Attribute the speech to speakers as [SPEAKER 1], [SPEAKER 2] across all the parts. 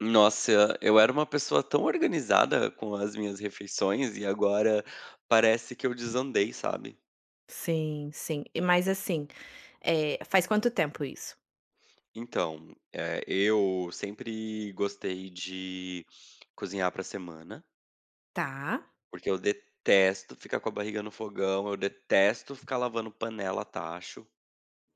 [SPEAKER 1] Nossa, eu era uma pessoa tão organizada com as minhas refeições e agora parece que eu desandei, sabe?
[SPEAKER 2] Sim, sim. E mas assim, faz quanto tempo isso?
[SPEAKER 1] Então, eu sempre gostei de cozinhar pra semana,
[SPEAKER 2] Tá,
[SPEAKER 1] porque eu detesto ficar com a barriga no fogão, eu detesto ficar lavando panela a tacho.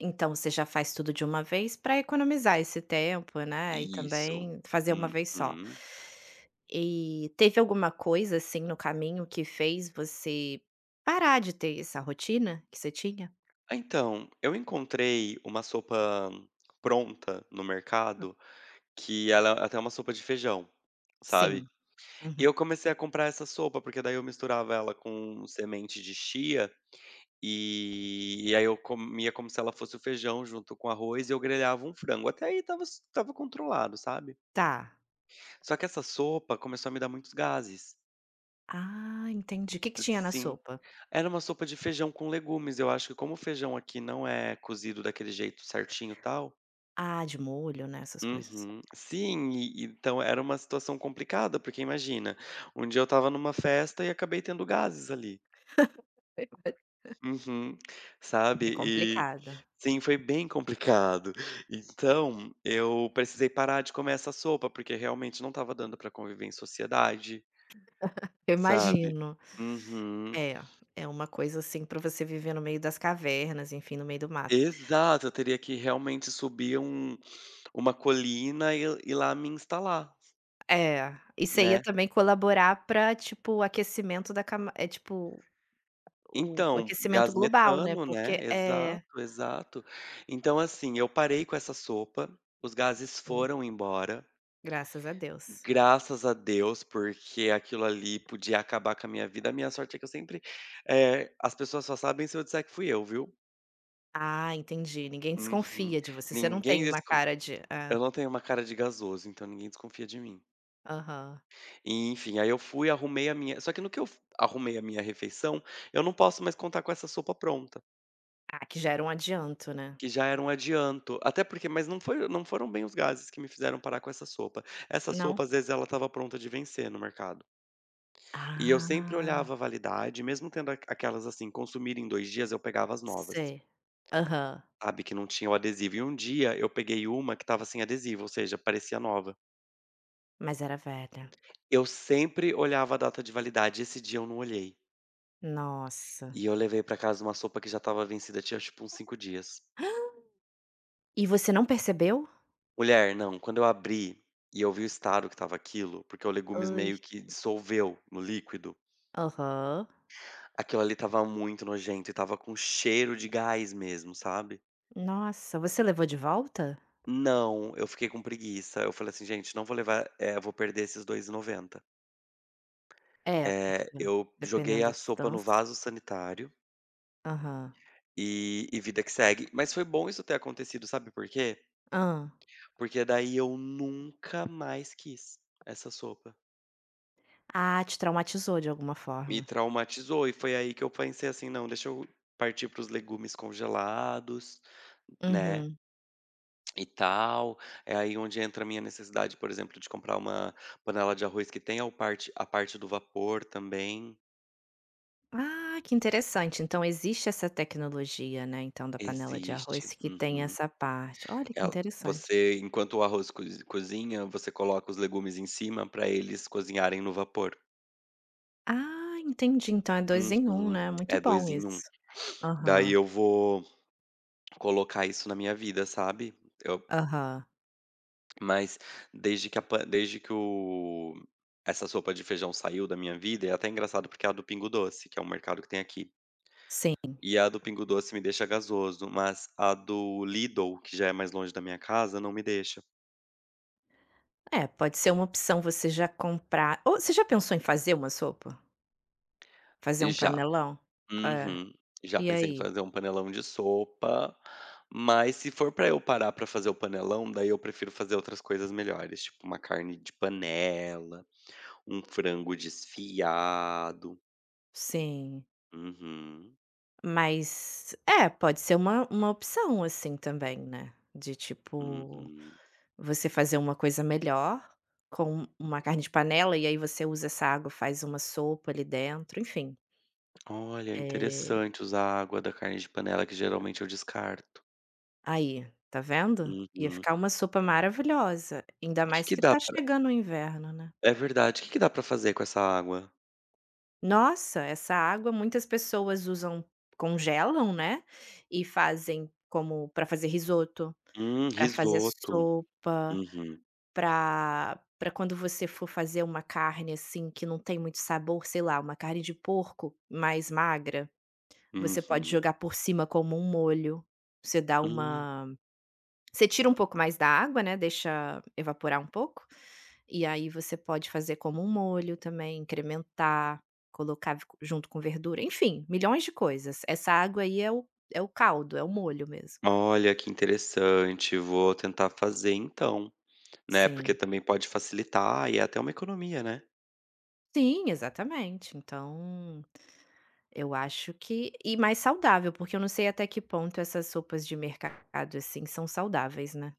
[SPEAKER 2] então você já faz tudo de uma vez para economizar esse tempo, né, e
[SPEAKER 1] Isso.
[SPEAKER 2] também fazer uma vez só.
[SPEAKER 1] Uhum.
[SPEAKER 2] E teve alguma coisa, assim, no caminho que fez você parar de ter essa rotina que você tinha?
[SPEAKER 1] Ah, então, eu encontrei uma sopa pronta no mercado, que ela é até uma sopa de feijão, sabe?
[SPEAKER 2] Sim.
[SPEAKER 1] E
[SPEAKER 2] Uhum.
[SPEAKER 1] eu comecei a comprar essa sopa, porque daí eu misturava ela com semente de chia, e aí eu comia como se ela fosse o feijão junto com arroz e eu grelhava um frango. Até aí tava s estava controlado, sabe.
[SPEAKER 2] Tá.
[SPEAKER 1] Só que essa sopa começou a me dar muitos gases.
[SPEAKER 2] Ah, entendi. O que que tinha na
[SPEAKER 1] Sim.
[SPEAKER 2] sopa?
[SPEAKER 1] Era uma sopa de feijão com legumes, eu acho que como o feijão aqui não é cozido daquele jeito certinho e tal.
[SPEAKER 2] Ah, de molho, né, essas coisas.
[SPEAKER 1] Uhum. Sim, e então era uma situação complicada, porque imagina, um dia eu estava numa festa e acabei tendo gases ali.
[SPEAKER 2] É
[SPEAKER 1] Uhum. Sabe,
[SPEAKER 2] é
[SPEAKER 1] e
[SPEAKER 2] complicado.
[SPEAKER 1] sim, foi bem complicado. Então, eu precisei parar de comer essa sopa, porque realmente não estava dando para conviver em sociedade,
[SPEAKER 2] Eu
[SPEAKER 1] sabe.
[SPEAKER 2] imagino.
[SPEAKER 1] Uhum.
[SPEAKER 2] É, é uma coisa, assim, pra você viver no meio das cavernas, enfim, no meio do mato.
[SPEAKER 1] Exato, eu teria que realmente subir uma colina e lá me instalar,
[SPEAKER 2] É, isso aí ia
[SPEAKER 1] né.
[SPEAKER 2] também colaborar pra, tipo, o aquecimento da cama é, tipo, o
[SPEAKER 1] Então,
[SPEAKER 2] aquecimento
[SPEAKER 1] gás
[SPEAKER 2] global, né,
[SPEAKER 1] metano, né.
[SPEAKER 2] porque é,
[SPEAKER 1] Exato, exato. Então, assim, eu parei com essa sopa, os gases
[SPEAKER 2] sim,
[SPEAKER 1] foram embora.
[SPEAKER 2] graças a Deus.
[SPEAKER 1] Graças a Deus, porque aquilo ali podia acabar com a minha vida. A minha sorte é que eu sempre as pessoas só sabem se eu disser que fui eu, viu.
[SPEAKER 2] Ah, entendi, ninguém
[SPEAKER 1] Uhum.
[SPEAKER 2] desconfia de você, você não
[SPEAKER 1] Ninguém
[SPEAKER 2] tem uma
[SPEAKER 1] descon
[SPEAKER 2] cara de é,
[SPEAKER 1] Eu não tenho uma cara de gasoso, então ninguém desconfia de mim.
[SPEAKER 2] aham.
[SPEAKER 1] E, enfim, aí eu fui, arrumei a minha só que no que eu f arrumei a minha refeição, eu não posso mais contar com essa sopa pronta,
[SPEAKER 2] Ah, que já era um adianto, né.
[SPEAKER 1] que já era um adianto. Até porque mas não foram bem os gases que me fizeram parar com essa sopa. Essa
[SPEAKER 2] Não?
[SPEAKER 1] sopa, às vezes, ela estava pronta de vencer no mercado. E eu sempre
[SPEAKER 2] Ah,
[SPEAKER 1] olhava a validade, mesmo tendo a aquelas, assim, consumir em 2 dias, eu pegava as novas,
[SPEAKER 2] sei. Aham.
[SPEAKER 1] sabe, que não tinha o adesivo. E um dia eu peguei uma que estava sem adesivo, ou seja, parecia nova.
[SPEAKER 2] Mas era velha.
[SPEAKER 1] Eu sempre olhava a data de validade, esse dia eu não olhei.
[SPEAKER 2] Nossa.
[SPEAKER 1] E eu levei pra casa uma sopa que já estava vencida, tinha tipo uns 5 dias.
[SPEAKER 2] E você não percebeu?
[SPEAKER 1] Mulher, não, quando eu abri e eu vi o estado que estava aquilo, porque o legumes
[SPEAKER 2] Ai.
[SPEAKER 1] meio que dissolveu no líquido,
[SPEAKER 2] Aham.
[SPEAKER 1] aquilo ali estava muito nojento e estava com cheiro de gás mesmo, sabe.
[SPEAKER 2] Nossa, você levou de volta?
[SPEAKER 1] Não, eu fiquei com preguiça. Eu falei assim: "Gente, não vou levar vou perder esses 2,90".
[SPEAKER 2] É, porque
[SPEAKER 1] Eu joguei
[SPEAKER 2] dependendo da
[SPEAKER 1] a sopa no
[SPEAKER 2] distância.
[SPEAKER 1] vaso sanitário
[SPEAKER 2] Aham.
[SPEAKER 1] e vida que segue. Mas foi bom isso ter acontecido, sabe por quê?
[SPEAKER 2] Hã.
[SPEAKER 1] Porque daí eu nunca mais quis essa sopa.
[SPEAKER 2] Ah, te traumatizou de alguma
[SPEAKER 1] Me
[SPEAKER 2] forma.
[SPEAKER 1] traumatizou e foi aí que eu pensei assim: "Não, deixa eu partir para os legumes congelados, né,
[SPEAKER 2] Uhum.
[SPEAKER 1] e tal". É aí onde entra a minha necessidade, por exemplo, de comprar uma panela de arroz que tenha o parte a parte do vapor também.
[SPEAKER 2] Ah, que interessante. Então existe essa tecnologia, né, então da panela de arroz
[SPEAKER 1] Existe.
[SPEAKER 2] que tem
[SPEAKER 1] Uhum.
[SPEAKER 2] essa parte. Olha que
[SPEAKER 1] Ela,
[SPEAKER 2] interessante.
[SPEAKER 1] você, enquanto o arroz cozinha, você coloca os legumes em cima para eles cozinharem no vapor.
[SPEAKER 2] Ah, entendi. Então é 2 em um,
[SPEAKER 1] Uhum.
[SPEAKER 2] né. Muito
[SPEAKER 1] É
[SPEAKER 2] bom
[SPEAKER 1] 2 em
[SPEAKER 2] isso.
[SPEAKER 1] um. Daí
[SPEAKER 2] Aham,
[SPEAKER 1] eu vou colocar isso na minha vida, sabe. Eu
[SPEAKER 2] aham.
[SPEAKER 1] Mas desde que o essa sopa de feijão saiu da minha vida, é até engraçado porque é a do Pingo Doce, que é um mercado que tem aqui.
[SPEAKER 2] Sim.
[SPEAKER 1] E a do Pingo Doce me deixa gasoso, mas a do Lidl, que já é mais longe da minha casa, não me deixa.
[SPEAKER 2] É, pode ser uma opção você já comprar ou você já pensou em fazer uma sopa? Fazer um
[SPEAKER 1] Já.
[SPEAKER 2] panelão? É.
[SPEAKER 1] Uhum. Já
[SPEAKER 2] E
[SPEAKER 1] pensei em
[SPEAKER 2] aí?
[SPEAKER 1] fazer um panelão de sopa, mas se for pra eu parar pra fazer o panelão, daí eu prefiro fazer outras coisas melhores, tipo uma carne de panela, um frango desfiado.
[SPEAKER 2] Sim,
[SPEAKER 1] Uhum,
[SPEAKER 2] mas é, pode ser uma opção, assim, também, né, de tipo,
[SPEAKER 1] uhum.
[SPEAKER 2] você fazer uma coisa melhor com uma carne de panela e aí você usa essa água, faz uma sopa ali dentro, enfim.
[SPEAKER 1] Olha,
[SPEAKER 2] Eh,
[SPEAKER 1] interessante usar a água da carne de panela, que geralmente eu descarto.
[SPEAKER 2] aí, tá vendo? Ia
[SPEAKER 1] Uhum.
[SPEAKER 2] ficar uma sopa maravilhosa, ainda
[SPEAKER 1] O Que
[SPEAKER 2] mais
[SPEAKER 1] que
[SPEAKER 2] que
[SPEAKER 1] dá
[SPEAKER 2] tá
[SPEAKER 1] pra
[SPEAKER 2] chegando o inverno, né.
[SPEAKER 1] é verdade, o que que dá pra fazer com essa água?
[SPEAKER 2] Nossa, essa água muitas pessoas usam, congelam, né, e fazem como para fazer risoto, para fazer
[SPEAKER 1] Risoto.
[SPEAKER 2] sopa.
[SPEAKER 1] Uhum,
[SPEAKER 2] Pra quando você for fazer uma carne, assim, que não tem muito sabor, sei lá, uma carne de porco mais magra, você pode
[SPEAKER 1] uhum.
[SPEAKER 2] jogar por cima como um molho. Você dá
[SPEAKER 1] Hum.
[SPEAKER 2] uma você tira um pouco mais da água, né, deixa evaporar um pouco, e aí você pode fazer como um molho também, incrementar, colocar v junto com verdura, enfim, milhões de coisas. Essa água aí é o caldo, é o molho mesmo.
[SPEAKER 1] Olha, que interessante, vou tentar fazer então, né, porque
[SPEAKER 2] Sim.
[SPEAKER 1] também pode facilitar e é até uma economia, né.
[SPEAKER 2] Sim, exatamente. Então eu acho que e mais saudável, porque eu não sei até que ponto essas sopas de mercado, assim, são saudáveis, né.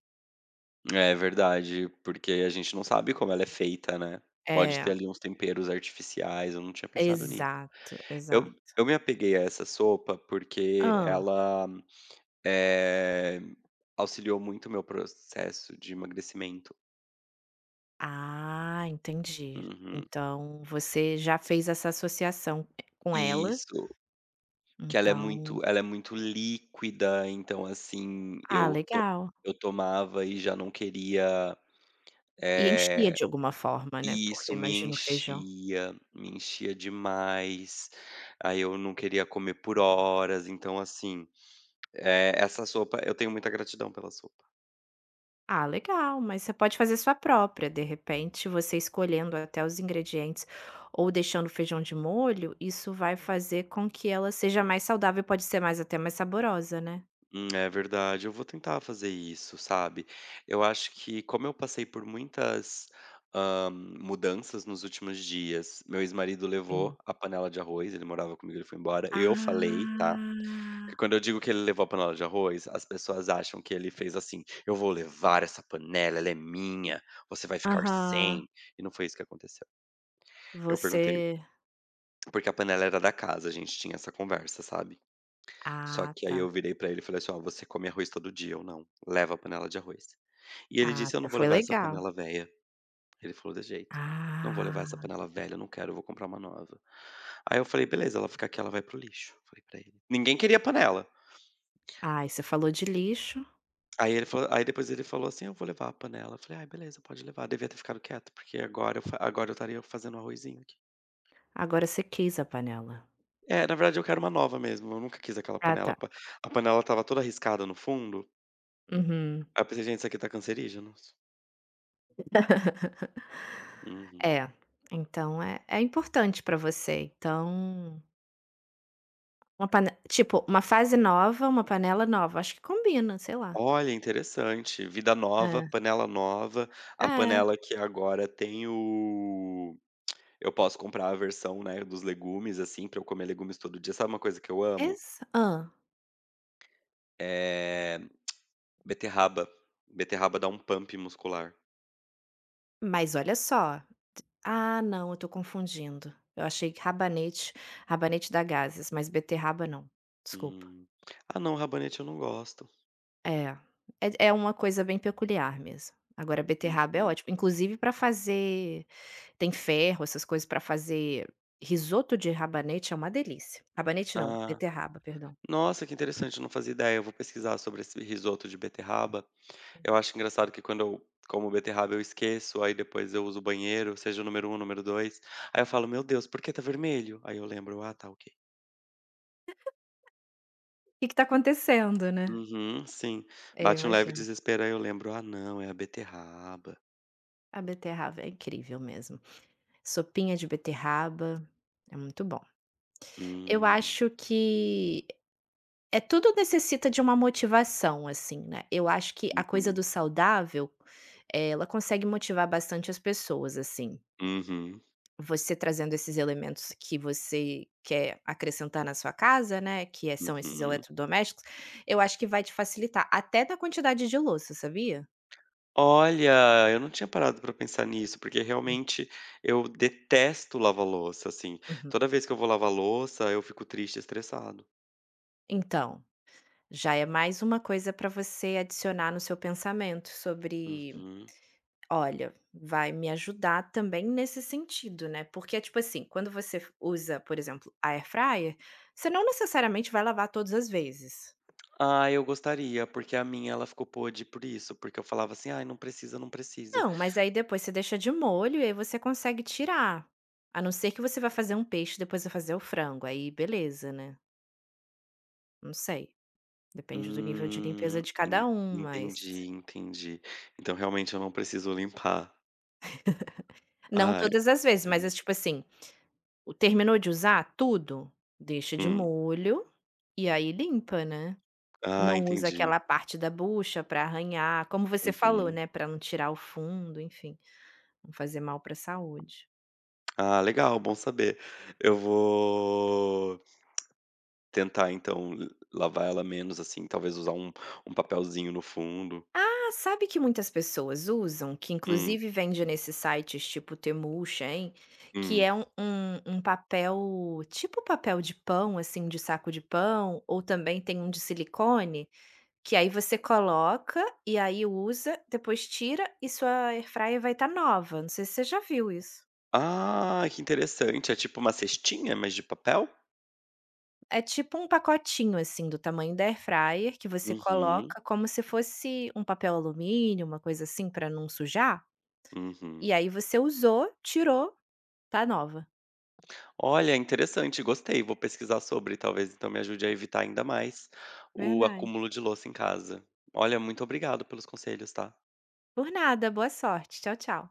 [SPEAKER 1] É verdade, porque a gente não sabe como ela é feita, né. Pode
[SPEAKER 2] É,
[SPEAKER 1] ter ali uns temperos artificiais, eu não tinha pensado nisso.
[SPEAKER 2] exato,
[SPEAKER 1] Eu
[SPEAKER 2] exato.
[SPEAKER 1] eu me apeguei a essa sopa, porque
[SPEAKER 2] Hã.
[SPEAKER 1] ela, eh, auxiliou muito o meu processo de emagrecimento.
[SPEAKER 2] Ah, entendi.
[SPEAKER 1] Uhum.
[SPEAKER 2] Então você já fez essa associação com
[SPEAKER 1] E,
[SPEAKER 2] ela,
[SPEAKER 1] isso. Que
[SPEAKER 2] então
[SPEAKER 1] ela é muito líquida, então, assim,
[SPEAKER 2] ah, legal.
[SPEAKER 1] eu tomava e já não queria
[SPEAKER 2] E enchia de alguma forma, né, porque
[SPEAKER 1] isso,
[SPEAKER 2] imagino feijão.
[SPEAKER 1] me enchia demais, aí eu não queria comer por horas, então, assim, essa sopa eu tenho muita gratidão pela sopa.
[SPEAKER 2] Ah, legal, mas você pode fazer sua própria, de repente, você escolhendo até os ingredientes ou deixando o feijão de molho, isso vai fazer com que ela seja mais saudável, e pode ser mais até mais saborosa, né?
[SPEAKER 1] É verdade. Eu vou tentar fazer isso, sabe. Eu acho que como eu passei por muitas, mudanças nos últimos dias, meu ex-marido levou
[SPEAKER 2] Sim.
[SPEAKER 1] a panela de arroz, ele morava comigo, ele foi embora, eu falei, tá,
[SPEAKER 2] Ah,
[SPEAKER 1] que quando eu digo que ele levou a panela de arroz, as pessoas acham que ele fez assim: "Eu vou levar essa panela, ela é minha, você vai ficar
[SPEAKER 2] aham.
[SPEAKER 1] sem", e não foi isso que aconteceu. Eu perguntei
[SPEAKER 2] Você
[SPEAKER 1] porque a panela era da casa, a gente tinha essa conversa, sabe. Só
[SPEAKER 2] ah,
[SPEAKER 1] que aí
[SPEAKER 2] tá.
[SPEAKER 1] eu virei pra ele e falei assim: "Ó, você come arroz todo dia, ou não. Leva a panela de arroz". E ele
[SPEAKER 2] Ah,
[SPEAKER 1] disse: "Eu não
[SPEAKER 2] tá,
[SPEAKER 1] vou
[SPEAKER 2] foi
[SPEAKER 1] levar essa
[SPEAKER 2] legal.
[SPEAKER 1] panela velha". Ele falou de jeito: "Não vou levar essa
[SPEAKER 2] Ah,
[SPEAKER 1] panela velha, não quero, eu vou comprar uma nova". Aí eu falei: "Beleza, ela fica aqui, ela vai pro lixo". Falei pra ele. Ninguém queria panela.
[SPEAKER 2] ai, você falou de lixo,
[SPEAKER 1] Aí depois ele falou assim: "Eu vou levar a panela". Eu falei: "Ai, beleza, pode levar". Devia ter ficado quieto, porque agora eu estaria fazendo arrozinho aqui.
[SPEAKER 2] agora você quis a panela.
[SPEAKER 1] É, na verdade eu quero uma nova mesmo, eu nunca quis aquela
[SPEAKER 2] Ah,
[SPEAKER 1] panela,
[SPEAKER 2] tá.
[SPEAKER 1] a panela estava toda riscada no fundo.
[SPEAKER 2] Uhum.
[SPEAKER 1] Aí eu pensei: "Gente, isso aqui tá cancerígenos". Uhum.
[SPEAKER 2] É, então é é importante para você, então uma pane tipo, uma fase nova, uma panela nova, acho que combina, sei lá.
[SPEAKER 1] Olha, interessante. Vida nova,
[SPEAKER 2] É,
[SPEAKER 1] panela nova. A
[SPEAKER 2] é,
[SPEAKER 1] panela que agora tem o eu posso comprar a versão, né, dos legumes, assim, pra eu comer legumes todo dia. Sabe uma coisa que eu amo?
[SPEAKER 2] exa hã.
[SPEAKER 1] Eh, Beterraba. Beterraba dá um pump muscular.
[SPEAKER 2] Mas olha só, ah não, eu tô confundindo. Eu achei que rabanete rabanete dá gases, mas beterraba não, desculpa.
[SPEAKER 1] Hum. Ah, não, rabanete eu não gosto.
[SPEAKER 2] É, é é uma coisa bem peculiar mesmo. Agora beterraba é
[SPEAKER 1] Uhum.
[SPEAKER 2] ótimo, inclusive para fazer tem ferro, essas coisas para fazer risoto de rabanete é uma delícia. Rabanete não,
[SPEAKER 1] Ah,
[SPEAKER 2] beterraba, perdão.
[SPEAKER 1] nossa, que interessante, eu não fazia ideia. Eu vou pesquisar sobre esse risoto de beterraba. Eu acho engraçado que quando eu como beterraba eu esqueço, aí depois eu uso o banheiro, seja o número um, número 2, aí eu falo: "Meu Deus, por que tá vermelho?" Aí eu lembro: "Ah, tá, ok".
[SPEAKER 2] O que que tá acontecendo, né?
[SPEAKER 1] Uhum, sim.
[SPEAKER 2] É,
[SPEAKER 1] Bate um leve
[SPEAKER 2] imagino.
[SPEAKER 1] desespero, aí eu lembro: "Ah não, é a beterraba".
[SPEAKER 2] A beterraba é incrível mesmo. Sopinha de beterraba é muito bom. Eu
[SPEAKER 1] Hum.
[SPEAKER 2] acho que é tudo necessita de uma motivação, assim, né. Eu acho que a coisa
[SPEAKER 1] Uhum.
[SPEAKER 2] do saudável, ela consegue motivar bastante as pessoas, assim.
[SPEAKER 1] Uhum.
[SPEAKER 2] Você trazendo esses elementos que você quer acrescentar na sua casa, né, que é são esses
[SPEAKER 1] Uhum.
[SPEAKER 2] eletrodomésticos, eu acho que vai te facilitar, até na quantidade de louça, sabia?
[SPEAKER 1] Olha, eu não tinha parado pra pensar nisso, porque
[SPEAKER 2] Hum,
[SPEAKER 1] realmente eu detesto lavar louça, assim.
[SPEAKER 2] uhum.
[SPEAKER 1] Toda vez que eu vou lavar louça, eu fico triste estressado.
[SPEAKER 2] Então já é mais uma coisa para você adicionar no seu pensamento sobre,
[SPEAKER 1] Uhum.
[SPEAKER 2] olha, vai me ajudar também nesse sentido, né? Porque é tipo assim, quando você f- usa, por exemplo, a air fryer, você não necessariamente vai lavar todas as vezes.
[SPEAKER 1] Ah, eu gostaria, porque a minha ela ficou podre por isso, porque eu falava assim: "Ai, não precisa, não precisa".
[SPEAKER 2] Não, mas aí depois você deixa de molho e aí você consegue tirar. A não ser que você vá fazer um peixe, depois vai fazer o frango, aí beleza, né? Não sei. Depende do nível de limpeza de
[SPEAKER 1] En
[SPEAKER 2] cada um, mas
[SPEAKER 1] entendi, entendi. Então realmente eu não preciso limpar.
[SPEAKER 2] não
[SPEAKER 1] Ai,
[SPEAKER 2] todas as vezes, mas é
[SPEAKER 1] ok.
[SPEAKER 2] tipo assim, o terminou de usar tudo, deixa de
[SPEAKER 1] Hum.
[SPEAKER 2] molho, e aí limpa, né.
[SPEAKER 1] Ah,
[SPEAKER 2] Não usa
[SPEAKER 1] entendi.
[SPEAKER 2] aquela parte da bucha para arranhar, como você falou,
[SPEAKER 1] Uhum.
[SPEAKER 2] né, para não tirar o fundo, enfim, não fazer mal para a saúde.
[SPEAKER 1] Ah, legal, bom saber. Eu vou tentar então l lavar ela menos, assim, talvez usar um papelzinho no fundo.
[SPEAKER 2] Ah, sabe que muitas pessoas usam, que
[SPEAKER 1] Hum,
[SPEAKER 2] inclusive vende nesses sites tipo Temu, hein? Que
[SPEAKER 1] hum.
[SPEAKER 2] é um papel, tipo papel de pão, assim, de saco de pão, ou também tem um de silicone, que aí você coloca, e aí usa, depois tira e sua airfryer vai estar nova, não sei se você já viu isso.
[SPEAKER 1] Ah, que interessante. É tipo uma cestinha, mas de papel?
[SPEAKER 2] É tipo um pacotinho, assim, do tamanho da airfryer que você
[SPEAKER 1] Uhum,
[SPEAKER 2] coloca como se fosse um papel alumínio, uma coisa assim, para não sujar, e
[SPEAKER 1] uhum.
[SPEAKER 2] aí você usou, tirou, tá nova.
[SPEAKER 1] Olha, interessante, gostei. Vou pesquisar sobre, talvez então me ajude a evitar ainda mais o
[SPEAKER 2] Verdade.
[SPEAKER 1] acúmulo de louça em casa. Olha, muito obrigado pelos conselhos, tá?
[SPEAKER 2] Por nada, boa sorte. Tchau, tchau.